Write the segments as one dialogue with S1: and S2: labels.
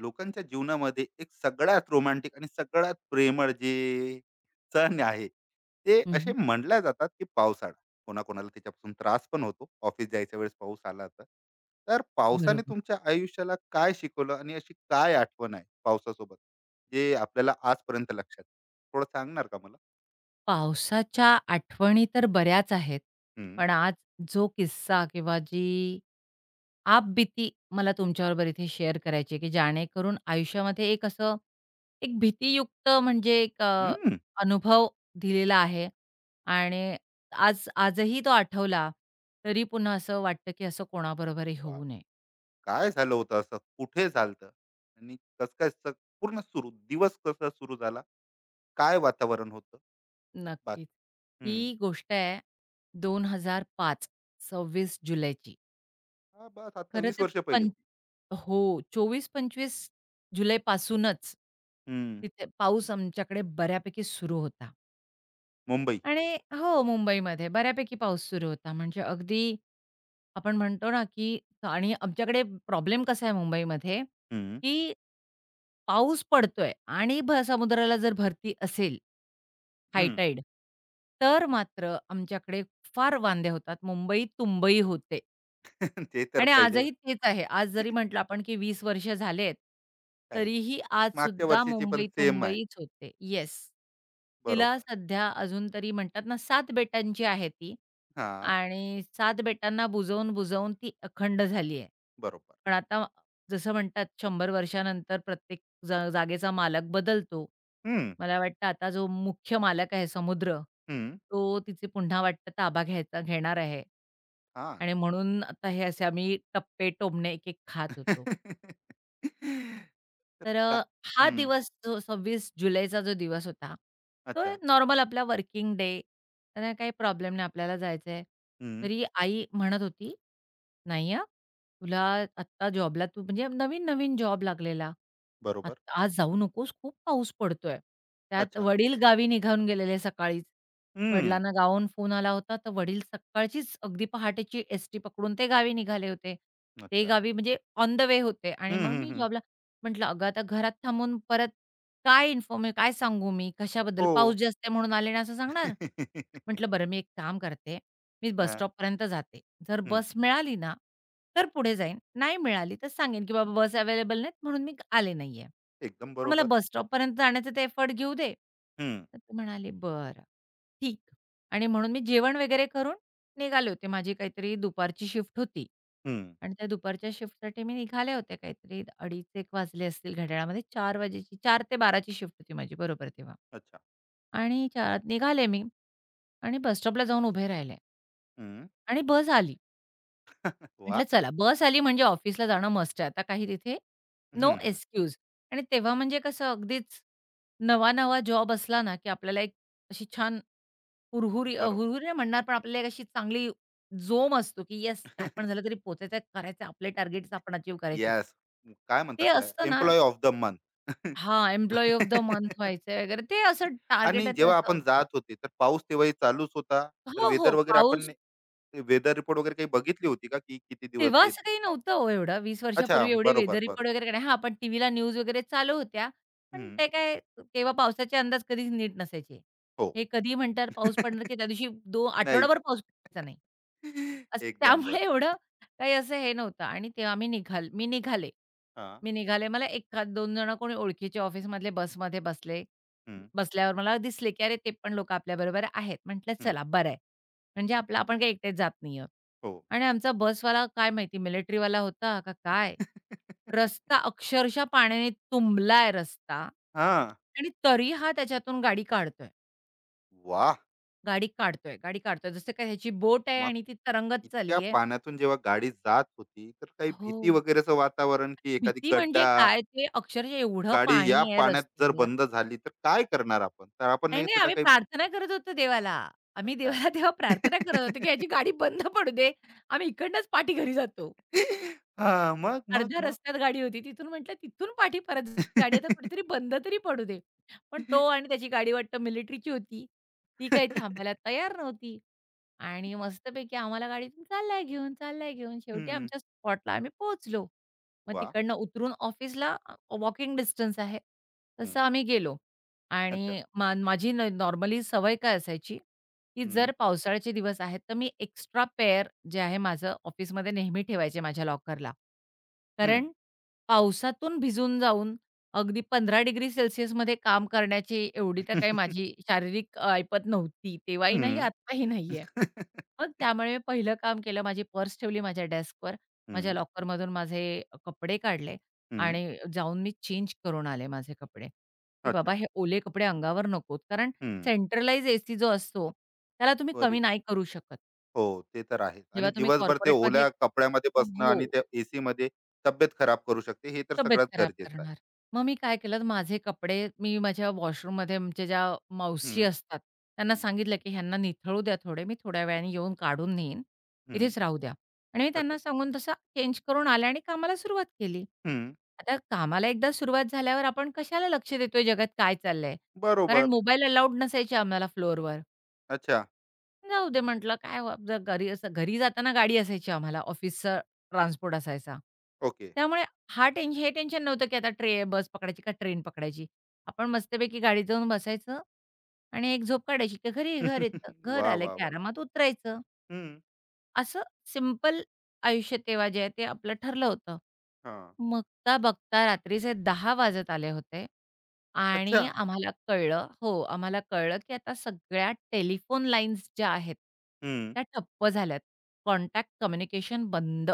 S1: लोकांच्या जीवनामध्ये एक सगळ्यात रोमॅन्टिक आणि सगळ्यात प्रेमळ जे सण आहे, ते
S2: हं,
S1: असे
S2: हं.
S1: म्हणल्या जातात, की पावसाळा. कोणाकोणाला त्याच्यापासून त्रास पण होतो. ऑफिस जायच्या वेळेस पाऊस आला तर. तर पावसाने
S2: बरोबर.
S1: तुमच्या आयुष्याला काय शिकवलं आणि अशी काय आठवण आहे पावसासोबत, जे आपल्याला आजपर्यंत लक्षात आहे? थोडं सांगणार का मला?
S2: पावसाच्या आठवणी तर बऱ्याच आहेत.
S1: हं,
S2: पण आज जो किस्सा किंवा जी आपबीती मला तुमच्याबरोबर इथे शेअर करायची आहे, की जेणेकरून आयुष्यामध्ये एक असं एक भीतीयुक्त म्हणजे एक
S1: हं.
S2: अनुभव दिलेला आहे आणि आजही तो आठवला तरी पुन्हा असं वाटतं, की असं कोणाबरोबरही
S1: बाप!
S2: होऊ नये.
S1: काय झालं होतं असं? कुठे झालं आणि कसं काय स पूर्ण दिवस कसा सुरू झाला? काय वातावरण होतं?
S2: नक्कीच.
S1: बाकी.
S2: ही
S1: हं.
S2: गोष्ट आहे 2005 26 जुलैची.
S1: हां, बस आता
S2: खरं
S1: 20
S2: तर
S1: वर्ष
S2: पं
S1: पहिलेची.
S2: हो, 24-25 जुलैपासूनच
S1: हं.
S2: तिथे पाऊस आमच्याकडे बऱ्यापैकी सुरू होता.
S1: मुंबई.
S2: आणि हो, मुंबईमध्ये बऱ्यापैकी पाऊस सुरू होता. म्हणजे अगदी आपण म्हणतो ना, की आणि आमच्याकडे प्रॉब्लेम कसा आहे मुंबईमध्ये,
S1: हं,
S2: की पाऊस पडतोय आणि समुद्राला जर भरती असेल, हाय
S1: हं.
S2: तर मात्र आमच्याकडे फार वांदे होतात. मुंबई तुंबई होते.
S1: ते तर
S2: आणि
S1: पहिले
S2: आजही तेच आहे. आज जरी म्हटलं आपण की 20 वर्ष झालेत,
S1: काही नाही.
S2: तरीही आज
S1: मागच्या
S2: सुद्धा
S1: वर्षीची पण
S2: मुंबई
S1: सेम आहे.
S2: तुंबईच होते. येस. तिला
S1: बरोबर.
S2: सध्या अजून तरी म्हणतात ना 7 बेटांची आहे ती
S1: हां,
S2: आणि 7 बेटांना बुजवून-बुजवून ती अखंड झाली आहे.
S1: बरोबर.
S2: पण आता जसं म्हणतात 100 वर्षानंतर प्रत्येक जागेचा मालक बदलतो.
S1: हं,
S2: मला वाटतं आता जो मुख्य मालक आहे समुद्र,
S1: हं.
S2: तो तिची पुन्हा वाटतं ताबा घ्यायचा घेणार आहे.
S1: छान.
S2: आणि म्हणून आता हे असे आम्ही टप्पे, टोमणे एक-एक खात होतो.
S1: तर
S2: तर
S1: का.
S2: हा
S1: हं.
S2: दिवस जो 26 जुलैचा जो दिवस होता, तो
S1: अच्छा.
S2: नॉर्मल आपला वर्किंग डे. तर काही प्रॉब्लेम नाही आपल्याला जायचंय.
S1: हं.
S2: तरी आई म्हणत होती, "नाही हां, तुला आत्ता जॉबला तू म्हणजे नवीन-नवीन जॉब लागलेला. आत
S1: बरोबर.
S2: आज जाऊ नकोस, खूप पाऊस पडतोय." त्यात
S1: अच्छा.
S2: वडील गावी निघून गेलेले सकाळीच.
S1: हं.
S2: वडिलांना गावाहून फोन आला होता, तर वडील सकाळचीच अगदी पहाटेची एसटी पकडून ते गावी निघाले होते. ते
S1: अच्छा.
S2: गावी म्हणजे ऑन द वे होते
S1: हं,
S2: आणि मग
S1: हं,
S2: मी
S1: हं.
S2: जॉबला म्हटलं, "अगं, आता घरात थांबून परत काय काय सांगू मी? कशाबद्दल?
S1: हो.
S2: पाऊस जास्त आहे म्हणून आले नाही असं सांगणार?" म्हटलं, "बरं, मी एक काम करते, मी बस
S1: हां.
S2: स्टॉपपर्यंत जाते. जर
S1: हं.
S2: बस मिळाली ना, तर पुढे जाईन. नाही मिळाली तर सांगेन, की बाबा बस अवेलेबल नाहीत म्हणून मी आले नाहीये.
S1: एकदम
S2: पण मला
S1: बरोबर.
S2: बस स्टॉपपर्यंत जाण्याचा ते एफर्ट घेऊ दे."
S1: हं,
S2: तर ते म्हणाले, "बरं, ठीक." आणि म्हणून मी जेवण वगैरे करून निघाले होते. माझी काहीतरी दुपारची शिफ्ट होती
S1: हं.
S2: आणि त्या दुपारच्या शिफ्टसाठी मी निघाले होते काहीतरी 2:30-1 वाजले असतील घड्याळामध्ये. 4 वाजेची 4 ते 12 शिफ्ट होती माझी बरोबर तेव्हा.
S1: अच्छा.
S2: आणि चार निघाले मी आणि बस स्टॉपला जाऊन उभे राहिले
S1: हं.
S2: आणि बस आली.
S1: वाह!
S2: म्हटलं चला बस आली म्हणजे ऑफिसला जाणं मस्ट आहे. आता काही तिथे नो
S1: हं.
S2: एक्सक्यूज. आणि तेव्हा म्हणजे कसं अगदीच नवा-नवा जॉब असला ना, की आपल्याला एक अशी छान हुरहुरी
S1: बरोबर.
S2: हुरहुरी नाही म्हणणार, पण आपल्याला एक अशी चांगली जोम असतो, की येस काय पण झालं तरी पोचायचं आहे, करायचं आपले टार्गेट्स आपण अचीव्ह करायचे
S1: येस. काय म्हणतात
S2: ते
S1: त्याला?
S2: असतं ना.
S1: Employee of the month.
S2: हां, एम्प्लॉयी ऑफ द मंथ व्हायचंय वगैरे ते असं
S1: आणि
S2: टार्गेटेड
S1: जेव्हा
S2: असं
S1: आपण
S2: असतं.
S1: जात होते, तर पाऊस तेव्हाही चालूच होता. तर
S2: हो,
S1: वेदर
S2: हो.
S1: वगैरे
S2: पाऊस
S1: आपण, वेदर रिपोर्ट वगैरे काही बघितली होती का, की किती दिवस
S2: तेव्हा
S1: येईल?
S2: असं काही नव्हतं हो एवढं. 20
S1: अच्छा.
S2: वर्षापूर्वी एवढे वेदर
S1: बरोबर, बरोबर.
S2: रिपोर्ट वगैरे काय नाही. हां, पण टीव्हीला न्यूज वगैरे चालू होत्या. पण
S1: हं.
S2: ते काय तेव्हा पावसाचे अंदाज कधीच नीट नसायचे.
S1: हो.
S2: हे कधी म्हणतात पाऊस पडणार, की त्यादिवशी
S1: नाही.
S2: आठवडाभर पाऊस पडायचा नाही. असं
S1: एकदम
S2: त्यामुळे
S1: बरोबर.
S2: एवढं काही असं हे नव्हतं आणि तेव्हा आम्ही मी निघाले.
S1: हां.
S2: मी निघाले. मला एखाद 2 जण कोणी ओळखीचे ऑफिसमधले बसमध्ये बसले.
S1: हं,
S2: बसल्यावर मला दिसले, की अरे ते पण लोकं आपल्याबरोबर आहेत. म्हटलं
S1: हं.
S2: चला बरं आहे. म्हणजे आपलं आपण काही एकटेच जात नाही आहोत.
S1: हो.
S2: आणि आमचा बसवाला काय माहिती मिलिटरीवाला होता का काय? रस्ता अक्षरशः पाण्याने तुंबलाय रस्ता
S1: हां.
S2: आणि तरी हा त्याच्यातून गाडी काढतोय,
S1: वाह!
S2: गाडी काढतोय, गाडी काढतोय. जसं काय ह्याची बोट आहे
S1: मग
S2: आणि ती तरंगत
S1: इतक्या
S2: चालली आहे.
S1: पाण्यातून जेव्हा गाडी जात होती, तर काही
S2: हो.
S1: भीती वगैरेचं वातावरण, की एखादी
S2: भीती
S1: गड्डा,
S2: म्हणजे काय ते अक्षरशः एवढं
S1: गाडी या
S2: पाणी आहे
S1: पाण्यात जर
S2: रस्त्यावर.
S1: बंद झाली तर काय करणार आपण? तर आपण
S2: नाही,
S1: नाही
S2: नाही
S1: तिला
S2: आम्ही
S1: काही.
S2: प्रार्थना करत होतो देवाला. आम्ही
S1: अच्छा.
S2: देवाला तेव्हा प्रार्थना करत होतो, की ह्याची गाडी बंद पडू दे. आम्ही इकडनंच पाठी घरी जातो.
S1: हां. मग, मग,
S2: अर्ध्या
S1: मग.
S2: रस्त्यात गाडी होती. तिथून म्हटलं तिथून पाठी परत गाडी आता कुठेतरी बंद तरी पडू दे. पण तो आणि त्याची गाडी वाटतं मिलिटरीची होती. ती काही थांबायला तयार नव्हती. आणि मस्तपैकी आम्हाला गाडीतून चाललाय घेऊन, चाललाय घेऊन. शेवटी
S1: हं.
S2: आमच्या स्पॉटला आम्ही पोहोचलो. मग
S1: वाह!
S2: तिकडनं उतरून ऑफिसला वॉकिंग डिस्टन्स आहे.
S1: हं.
S2: तसं आम्ही गेलो.
S1: अच्छा.
S2: आणि माझी नॉर्मली सवय काय असायची, की
S1: हं,
S2: जर पावसाळ्याचे दिवस आहेत, तर मी एक्स्ट्रा पेअर जे आहे माझं ऑफिसमध्ये नेहमी ठेवायचे माझ्या लॉकरला.
S1: हं.
S2: कारण पावसातून भिजून जाऊन अगदी 15 डिग्री सेल्सियसमध्ये काम करण्याची एवढी तर काही माझी शारीरिक ऐपत नव्हती. तेव्हाही नाही,
S1: हं.
S2: आत्ताही नाहीये. मग त्यामुळे मी पहिलं काम केलं माझी पर्स ठेवली माझ्या डेस्कवर.
S1: हं,
S2: माझ्या
S1: हं.
S2: लॉकरमधून माझे कपडे काढले आणि जाऊन मी चेंज करून आले माझे कपडे, की बाबा
S1: अच्छा.
S2: हे ओले कपडे अंगावर नकोत. कारण
S1: हं.
S2: सेंट्रलाइज एसी जो असतो त्याला तुम्ही कमी
S1: बरी.
S2: नाही करू शकत.
S1: हो, ते तर आहेच आणि
S2: जेव्हा तुम्ही
S1: दिवसभर ते
S2: कॉर्पोरेटमध्ये.
S1: ओल्या कपड्यामध्ये बसणं
S2: हो,
S1: आणि त्या एसीमध्ये तब्येत खराब करू शकते. हे तर
S2: तब्येत
S1: सगळ्यात
S2: खराब
S1: गरजेचं आहे.
S2: करणार. मग मी काय केलं, माझे कपडे मी माझ्या वॉशरूममध्ये आमच्या ज्या
S1: हं,
S2: मावशी असतात, त्यांना
S1: हं, हं.
S2: सांगितलं, की "ह्यांना निथळू द्या थोडे, मी थोड्या वेळाने येऊन काढून नेईन, इथेच राहू द्या." आणि मी
S1: अच्छा.
S2: त्यांना सांगून तसं चेंज करून आले आणि कामाला सुरुवात केली.
S1: हं.
S2: आता कामाला एकदा सुरुवात झाल्यावर आपण कशाला लक्ष देतोय जगात काय चाललंय? कारण
S1: बरोबर.
S2: मोबाईल अलाऊड नसायचे आम्हाला फ्लोअरवर.
S1: अच्छा.
S2: जाऊ दे म्हटलं काय व जर घरी असं घरी जाताना गाडी असायची आम्हाला ऑफिसचा ट्रान्सपोर्ट असायचा.
S1: ओके.
S2: त्यामुळे हा टेन हे टेन्शन नव्हतं, की आता बस पकडायची का ट्रेन पकडायची. आपण मस्तपैकी गाडीत जाऊन बसायचं आणि एक झोप काढायची, की घरी घर येतं. घर
S1: वा
S2: आलं
S1: वा
S2: की
S1: वा.
S2: आरामात उतरायचं.
S1: हम्म.
S2: असं सिंपल आयुष्य तेव्हा जे आहे ते आपलं ठरलं होतं.
S1: हा.
S2: बघता, बघता रात्रीचे 10 वाजत आले होते
S1: अच्छा.
S2: आणि हां. आम्हाला कळलं हो, आम्हाला कळलं, की आता सगळ्या टेलिफोन लाईन्स ज्या आहेत,
S1: हम्म.
S2: त्या ठप्प झाल्यात. कॉन्टॅक्ट कम्युनिकेशन बंद.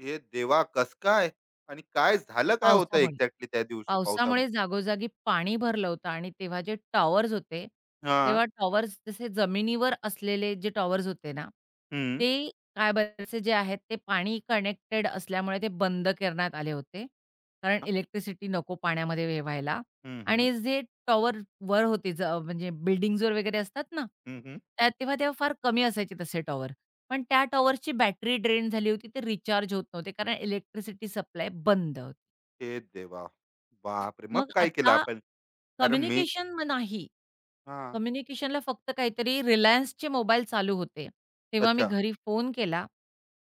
S1: हे देवा, कस काय? आणि काय झालं, काय होतं
S2: पावसामुळे.
S1: एक्झॅक्टली त्या दिवशी
S2: पावसामुळे
S1: पावसामुळे?
S2: जागोजागी पाणी भरलं होतं आणि तेव्हा जे टॉवर्स होते,
S1: हा.
S2: तेव्हा टॉवर्स जसे जमिनीवर असलेले जे टॉवर्स होते ना,
S1: हम्म.
S2: ते काय बरेचसे जे आहेत ते पाणी कनेक्टेड असल्यामुळे ते बंद करण्यात आले होते. कारण
S1: हा?
S2: इलेक्ट्रिसिटी नको पाण्यामध्ये हे व्हायला.
S1: हम्म. हम्म.
S2: आणि जे टॉवरवर होते म्हणजे बिल्डिंग्सवर वगैरे असतात ना,
S1: हम्म.
S2: त्या तेव्हा तेव्हा फार कमी असायचे तसे टॉवर. पण त्या टॉवरची बॅटरी ड्रेन झाली होती. ते रिचार्ज होत नव्हते कारण इलेक्ट्रिसिटी सप्लाय बंद होती.
S1: हे देवा. बापरे, मग
S2: मग
S1: काय केलं
S2: आता
S1: आपण? कारण मी.
S2: कम्युनिकेशन मग नाही.
S1: हा.
S2: कम्युनिकेशनला फक्त काहीतरी रिलायन्सचे मोबाईल चालू होते. तेव्हा मी
S1: अच्छा.
S2: घरी फोन केला.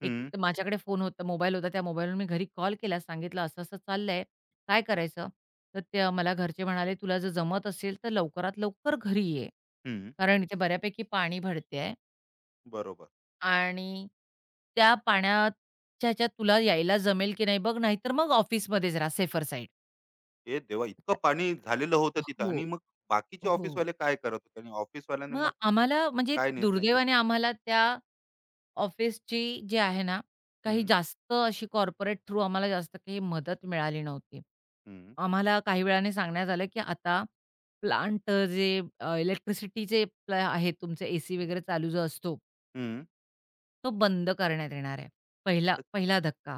S2: एक
S1: हम्म.
S2: तर माझ्याकडे फोन होता, मोबाईल होता. त्या मोबाईलवरून मी घरी कॉल केला. सांगितलं, "असं-असं चाललंय. काय करायचं?" तर ते मला घरचे म्हणाले, "तुला जर जमत असेल तर लवकरात लवकर घरी ये.
S1: हम्म.
S2: कारण इथे बऱ्यापैकी पाणी भरतंय
S1: बरोबर.
S2: आणि त्या पाण्याच्या ह्याच्यात तुला यायला जमेल की नाही बघ, नाहीतर मग ऑफिसमध्येच राहा सेफर साइड."
S1: हे देवा, इतकं पाणी झालेलं होतं तिथं
S2: हो,
S1: आणि मग बाकीचे
S2: हो.
S1: ऑफिसवाले काय करत होते आणि ऑफिसवाल्याने
S2: मग
S1: मग
S2: आम्हाला म्हणजे
S1: काय निर्णय
S2: दुर्दैवाने
S1: घेतला?
S2: आम्हाला त्या ऑफिसची जी आहे ना, काही
S1: हम्म.
S2: जास्त अशी कॉर्पोरेट थ्रू आम्हाला जास्त काही मदत मिळाली नव्हती.
S1: हम्म.
S2: आम्हाला काही वेळाने सांगण्यात आलं, की आता प्लांट जे इलेक्ट्रिसिटीचे आहे तुमचे एसी वगैरे चालू जो असतो
S1: हम्म.
S2: तो बंद करण्यात येणार आहे. पहिला
S1: अ-
S2: पहिला धक्का.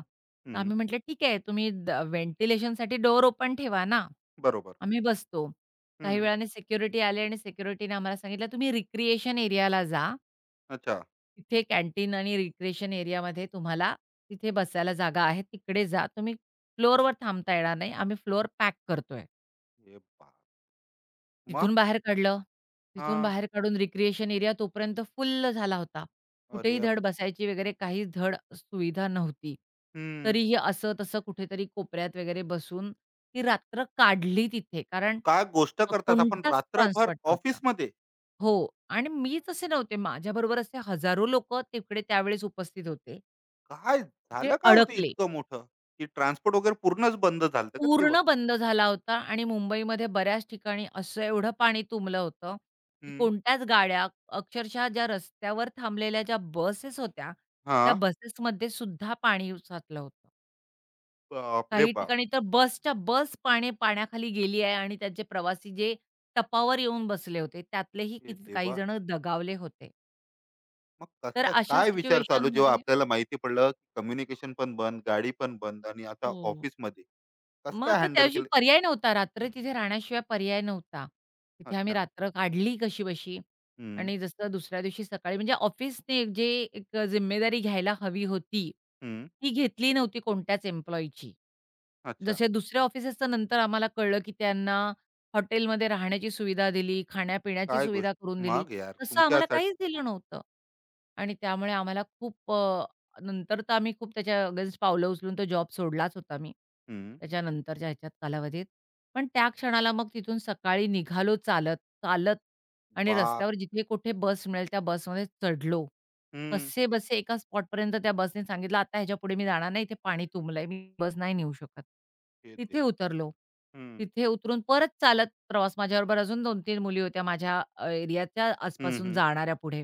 S2: तर
S1: हम्म.
S2: आम्ही म्हटलं, "ठीक आहे, तुम्ही व्हेंटिलेशनसाठी डोअर ओपन ठेवा ना.
S1: बरोबर.
S2: आम्ही बसतो." काही
S1: हम्म.
S2: वेळाने सिक्युरिटी आले आणि सिक्युरिटीने आम्हाला सांगितलं, "तुम्ही रिक्रिएशन एरियाला जा.
S1: अच्छा.
S2: तिथे कॅन्टीन आणि रिक्रिएशन एरियामध्ये तुम्हाला तिथे बसायला जागा आहे. तिकडे जा. तुम्ही फ्लोअरवर थांबता येणार नाही. आम्ही फ्लोअर पॅक करतोय."
S1: हे बाप! मग?
S2: तिथून बाहेर काढलं. तिथून
S1: हां.
S2: बाहेर काढून रिक्रिएशन एरिया तोपर्यंत फुल्ल झाला होता. कुठेही
S1: अरे.
S2: धड बसायची वगैरे काही धड सुविधा नव्हती.
S1: हं.
S2: तरीही असं-तसं कुठेतरी कोपऱ्यात वगैरे बसून ती रात्र काढली तिथे. कारण
S1: काय गोष्ट करतात. आपण
S2: कोणताच
S1: रात्रभर
S2: ट्रान्सपोर्ट नव्हता.
S1: ऑफिसमध्ये.
S2: हो. आणि मीच असे नव्हते, माझ्याबरोबर असे हजारो लोकं तिकडे त्यावेळेस उपस्थित होते,
S1: काय
S2: जे
S1: झालं, काय होतं
S2: अडकले.
S1: इतकं मोठं? की ट्रान्सपोर्ट वगैरे पूर्णच बंद झालं का तेव्हा?
S2: पूर्ण बंद झाला होता आणि मुंबईमध्ये बऱ्याच ठिकाणी असं एवढं पाणी तुंबलं होतं, की
S1: हं.
S2: कोणत्याच गाड्या अक्षरशः ज्या रस्त्यावर थांबलेल्या ज्या बसेस होत्या, त्या
S1: हां.
S2: बसेसमध्ये सुद्धा पाणी साचलं होतं.
S1: बापरे
S2: काही
S1: बाप!
S2: ठिकाणी तर बसच्या बस पाणी पाण्याखाली गेली आहे आणि त्याचे प्रवासी जे टपावर येऊन बसले होते, त्यातलेही
S1: हे
S2: किती काही
S1: देवा!
S2: जण दगावले होते.
S1: मग
S2: तर
S1: कसं काय,
S2: अशा
S1: काय विचार चालू जेव्हा
S2: सिच्युएशनमध्ये.
S1: आपल्याला माहिती पडलं की कम्युनिकेशन पण बंद, गाडी पण बंद आणि आता
S2: हो.
S1: ऑफिसमध्ये. कसं
S2: मग
S1: काय
S2: आता
S1: हँडल
S2: त्याऐवजी
S1: केलं?
S2: पर्याय नव्हता. रात्र तिथे राहण्याशिवाय पर्याय नव्हता. तिथे आम्ही
S1: अच्छा.
S2: रात्र काढली कशीबशी
S1: हं,
S2: आणि जसं दुसऱ्या दिवशी सकाळी म्हणजे ऑफिसने जे एक जिम्मेदारी घ्यायला हवी होती,
S1: हं.
S2: ती घेतली नव्हती कोणत्याच एम्प्लॉयीची.
S1: अच्छा.
S2: जसे दुसऱ्या ऑफिसेसचं नंतर आम्हाला कळलं, की त्यांना हॉटेलमध्ये राहण्याची सुविधा दिली, खाण्यापिण्याची
S1: काय गोष्ट?
S2: सुविधा करून दिली.
S1: मग यार
S2: तसं आम्हाला
S1: तुमच्यासाठी.
S2: काहीच दिलं नव्हतं आणि त्यामुळे आम्हाला खूप नंतर तर आम्ही खूप त्याच्या अगेन्स्ट पावलं उचलून तो जॉब सोडलाच होता मी,
S1: हं.
S2: त्याच्यानंतरच्या ह्याच्यात कालावधीत. पण त्या क्षणाला मग तिथून सकाळी निघालो चालत, चालत आणि
S1: बाप!
S2: रस्त्यावर जिथे कुठे बस मिळेल त्या बसमध्ये चढलो.
S1: हं.
S2: कसेबसे एका स्पॉटपर्यंत त्या बसने सांगितलं, "आता ह्याच्यापुढे मी जाणार नाही, इथे पाणी तुंबलंय, मी बस नाही नेऊ शकत."
S1: हे
S2: तिथे
S1: देवा!
S2: उतरलो.
S1: हं.
S2: तिथे उतरून परत चालत प्रवास माझ्याबरोबर अजून 2-3 मुली होत्या माझ्या एरियाच्या
S1: हं,
S2: आसपासून
S1: हं.
S2: जाणाऱ्या पुढे.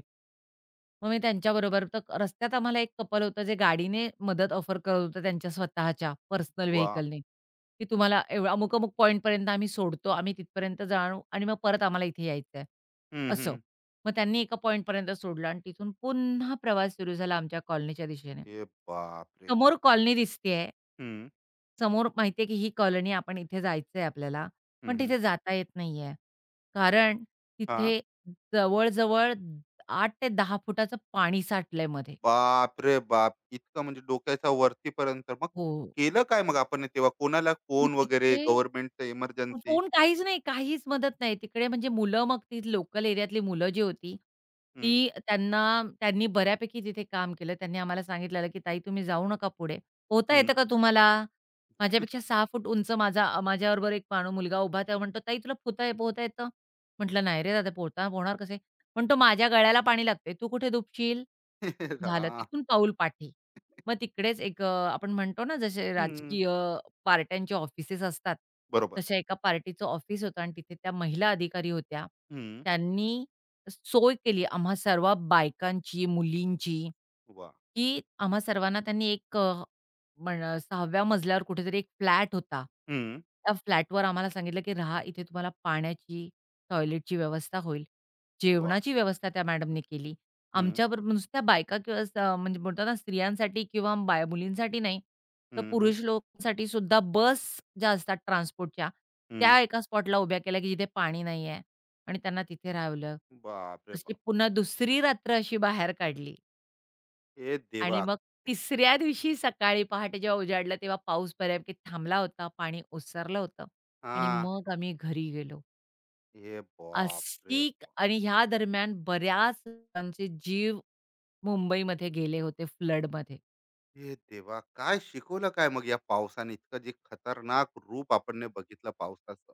S2: मग मी त्यांच्याबरोबर तर रस्त्यात आम्हाला एक कपल होतं, जे गाडीने मदत ऑफर करत होतं त्यांच्या स्वतःच्या पर्सनल
S1: वाह!
S2: व्हेईकलने, की तुम्हाला अमुक-अमुक पॉइंटपर्यंत आम्ही सोडतो. आम्ही तिथपर्यंत जाणू आणि मग परत आम्हाला इथे यायचं आहे,
S1: हं,
S2: असं.
S1: हं.
S2: मग त्यांनी एका पॉइंटपर्यंत सोडलं आणि तिथून पुन्हा प्रवास सुरू झाला आमच्या कॉलनीच्या दिशेने.
S1: ए बापरे!
S2: समोर कॉलनी दिसतीये
S1: हं.
S2: समोर माहिती की ही कॉलनी आपण इथे जायचंय आपल्याला,
S1: हं,
S2: पण
S1: हं.
S2: तिथे जाता येत नाहीये. कारण
S1: हां.
S2: तिथे जवळ-जवळ 8 ते 10 फुटाचं पाणी साठलंय मध्ये.
S1: बाप रे बाप! इतकं म्हणजे डोक्याच्या वरतीपर्यंत. मग
S2: हो.
S1: केलं काय मग आपण हे तेव्हा? कोणाला
S2: मग
S1: फोन वगैरे,
S2: तिथे
S1: गव्हर्नमेंटचं इमर्जन्सी?
S2: फोन काहीच नाही, काहीच मदत नाही. तिकडे म्हणजे मुलं मग ती लोकल एरियातली मुलं जी होती,
S1: हं.
S2: ती त्यांना त्यांनी बऱ्यापैकी तिथे काम केलं. त्यांनी आम्हाला सांगितलेलं, की "ताई तुम्ही जाऊ नका पुढे. पोहता
S1: हं.
S2: येतं का तुम्हाला?" माझ्यापेक्षा 6 फूट उंच माझा माझ्याबरोबर एक मुलगा उभा तेव्हा म्हणतो, "ताई तुला पोहता पोहता येतं?" म्हटलं, "नाही रे दादा पोहणार कसे?" म्हणतो, "माझ्या गळ्याला पाणी लागतंय. तू कुठे डुबशील?"
S1: हां.
S2: झालं
S1: हं.
S2: तिथून पाऊल पाठी. मग तिकडेच एक आपण म्हणतो ना जसे राजकीय पार्ट टाईमचे ऑफिसेस असतात,
S1: बरोबर.
S2: तशा एका पार्टीचं ऑफिस होतं आणि तिथे त्या महिला अधिकारी होत्या.
S1: हं.
S2: त्यांनी सोय केली आम्हा सर्व बायकांची, मुलींची.
S1: वाह!
S2: की आम्हा सर्वांना त्यांनी एक 6व्या मजल्यावर कुठेतरी एक फ्लॅट होता.
S1: हं.
S2: त्या फ्लॅटवर आम्हाला सांगितलं, की "राहा, इथे तुम्हाला पाण्याची, टॉयलेटची व्यवस्था होईल."
S1: वाह!
S2: जेवणाची व्यवस्था त्या मॅडमनी केली.
S1: हं.
S2: आमच्याबरोबर नुसत्या बायका किंवा म्हणजे बोलतात ना स्त्रियांसाठी किंवा बाया मुलींसाठी नाही, तर
S1: हं, हं.
S2: पुरुष लोकांसाठी सुद्धा बस ज्या असतात ट्रान्सपोर्टच्या,
S1: हं.
S2: त्या एका स्पॉटला उभ्या केल्या, की जिथे पाणी नाहीये आणि त्यांना तिथे राहवलं.
S1: बाप रे
S2: तशी
S1: बाप!
S2: पुन्हा दुसरी रात्र अशी बाहेर काढली.
S1: ए
S2: आणि
S1: देवा!
S2: मग तिसऱ्या दिवशी सकाळी पहाटे जेव्हा उजाडलं, तेव्हा पाऊस बऱ्यापैकी थांबला होता. पाणी ओसरलं होतं आणि
S1: हां.
S2: मग आम्ही घरी गेलो.
S1: ए बाप
S2: अशी
S1: रे बाप!
S2: आणि ह्या दरम्यान बऱ्याच लोकांचे जीव मुंबईमध्ये गेले होते फ्लडमध्ये.
S1: हे देवा! काय शिकवलं काय मग या पावसाने? इतकं जे खतरनाक रूप आपण ने बघितलं पावसाचं,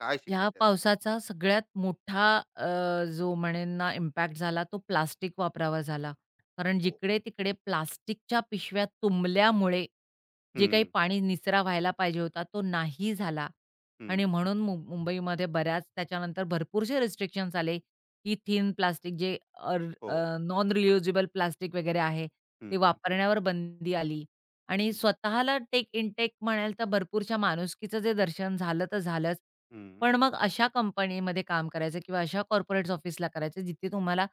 S1: काय शिकले
S2: ह्या
S1: त्या दिवशी?
S2: पावसाचा सगळ्यात मोठा अ, जो म्हणेन ना इम्पॅक्ट झाला तो प्लास्टिक वापरावा झाला. कारण
S1: हो.
S2: जिकडे-तिकडे प्लास्टिकच्या पिशव्या तुंबल्यामुळे जे काही
S1: हं,
S2: पाणी निचरा व्हायला पाहिजे होता तो नाही झाला आणि
S1: हं.
S2: म्हणून मुंबईमध्ये बऱ्याच त्याच्यानंतर भरपूरसे रिस्ट्रिक्शन्स आले, की थिन प्लास्टिक जे
S1: हो.
S2: नॉन रियुजेबल प्लास्टिक वगैरे आहे,
S1: हं,
S2: ते
S1: हं.
S2: वापरण्यावर बंदी आली आणि
S1: ब
S2: स्वतःला टेक इनटेक म्हणाल तर भरपूरशा माणुसकीचं जे दर्शन झालं तर झालंच.
S1: हं.
S2: पण मग अशा कंपनीमध्ये काम करायचं किंवा अशा कॉर्पोरेट्स ऑफिसला करायचं जिथे तुम्हाला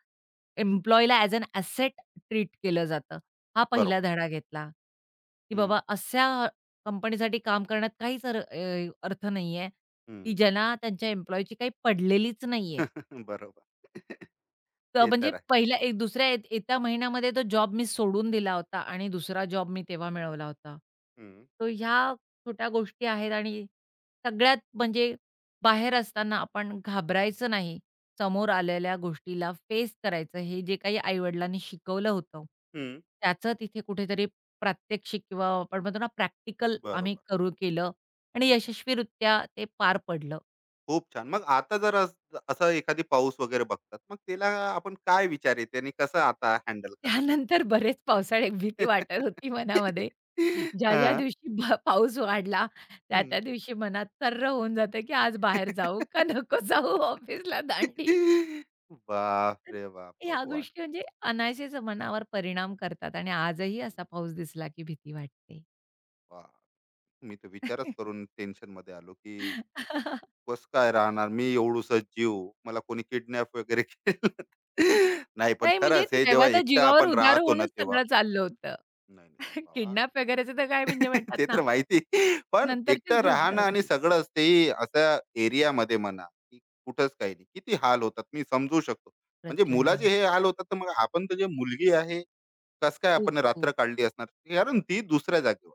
S2: एम्प्लॉईला ॲज अॅन ॲसेट ट्रीट केलं जातं. हा पहिला
S1: बरोबर.
S2: धडा घेतला, की
S1: हं,
S2: बाबा अशा कंपनीसाठी काम करण्यात काहीच अर्थ नाहीये, की
S1: हं.
S2: ज्यांना त्यांच्या एम्प्लॉईची काही पडलेलीच नाहीये.
S1: बरोबर.
S2: तर
S1: ते
S2: म्हणजे
S1: तर आहे.
S2: पहिल्या एक दुसऱ्या येत्या महिन्यामध्ये तो जॉब मी सोडून दिला होता आणि दुसरा जॉब मी तेव्हा मिळवला होता.
S1: हं,
S2: तर ह्या छोट्या गोष्टी आहेत आणि सगळ्यात म्हणजे बाहेर असताना आपण घाबरायचं नाही. समोर आलेल्या गोष्टीला फेस करायचं हे जे काही आई-वडिलांनी शिकवलं होतं,
S1: हं.
S2: त्याचं तिथे कुठेतरी प्रात्यक्षिक किंवा आपण म्हणतो ना प्रॅक्टिकल आम्ही
S1: बरोबर.
S2: केलं आणि यशस्वीरित्या ते पार पडलं.
S1: खूप छान. मग आता जर असा एखादी पाऊस वगैरे बघतात, मग त्याला आपण काय विचार येते आणि कसं आता हँडल करतात?
S2: त्यानंतर बरेच पावसाळ्यात भीती वाटत होती मनामध्ये. ज्या-ज्या
S1: हां.
S2: दिवशी पाऊस वाढला, त्या-त्या
S1: हं.
S2: दिवशी मनात तर्र होऊन जातं, की आज बाहेर जाऊ का नको जाऊ ऑफिसला दांडी.
S1: बाप
S2: तर
S1: रे बाप, हो,
S2: ह्या
S1: वाट.
S2: गोष्टी म्हणजे अनायसेच मनावर परिणाम करतात आणि आजही
S1: हम्म,
S2: असा पाऊस दिसला, की भीती वाटते.
S1: बाप. मी तर विचारच करून टेन्शन मध्ये आलो, की कस काय राहणार मी एवढूस जीव. मला कोणी किडनॅप वगैरे केलं तर. नाही, पण
S2: नाही म्हणजे
S1: खरंच हे
S2: तेव्हा
S1: जेव्हा
S2: तर
S1: एकटं
S2: जीवावर
S1: आपण
S2: उधार
S1: राहतो ना
S2: होऊनच
S1: तेव्हा.
S2: सगळं चाललं होतं.
S1: नाही नाही बाबा.
S2: किडनॅप वगैरेचं तर काय म्हणजे म्हणतात
S1: ते
S2: ना,
S1: तर माहिती. पण
S2: नंतरचीच
S1: एकटं
S2: गोष्ट
S1: राहणं आणि
S2: होती.
S1: सगळंच, तेही अशा एरियामध्ये म्हणा, की कुठंच काही नाही. किती हाल होतात मी समजू शकतो. म्हणजे
S2: प्रचंड
S1: मुलाचे
S2: हाल.
S1: हे हाल होतात, तर मग आपण तर जे मुलगी आहे, कसं काय
S2: खूप,
S1: आपण रात्र
S2: खूप.
S1: काढली असणार? कारण ती दुसऱ्या जागेवर.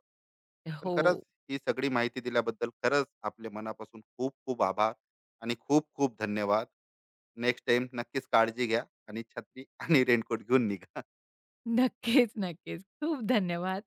S1: पण
S2: हो.
S1: खरंच ही सगळी माहिती दिल्याबद्दल खरंच आपले मनापासून खूप खूप आभार आणि खूप खूप धन्यवाद. नेक्स्ट टाईम नक्कीच काळजी घ्या आणि छत्री आणि रेनकोट घेऊन निघा.
S2: नक्कीच, नक्कीच. खूप धन्यवाद.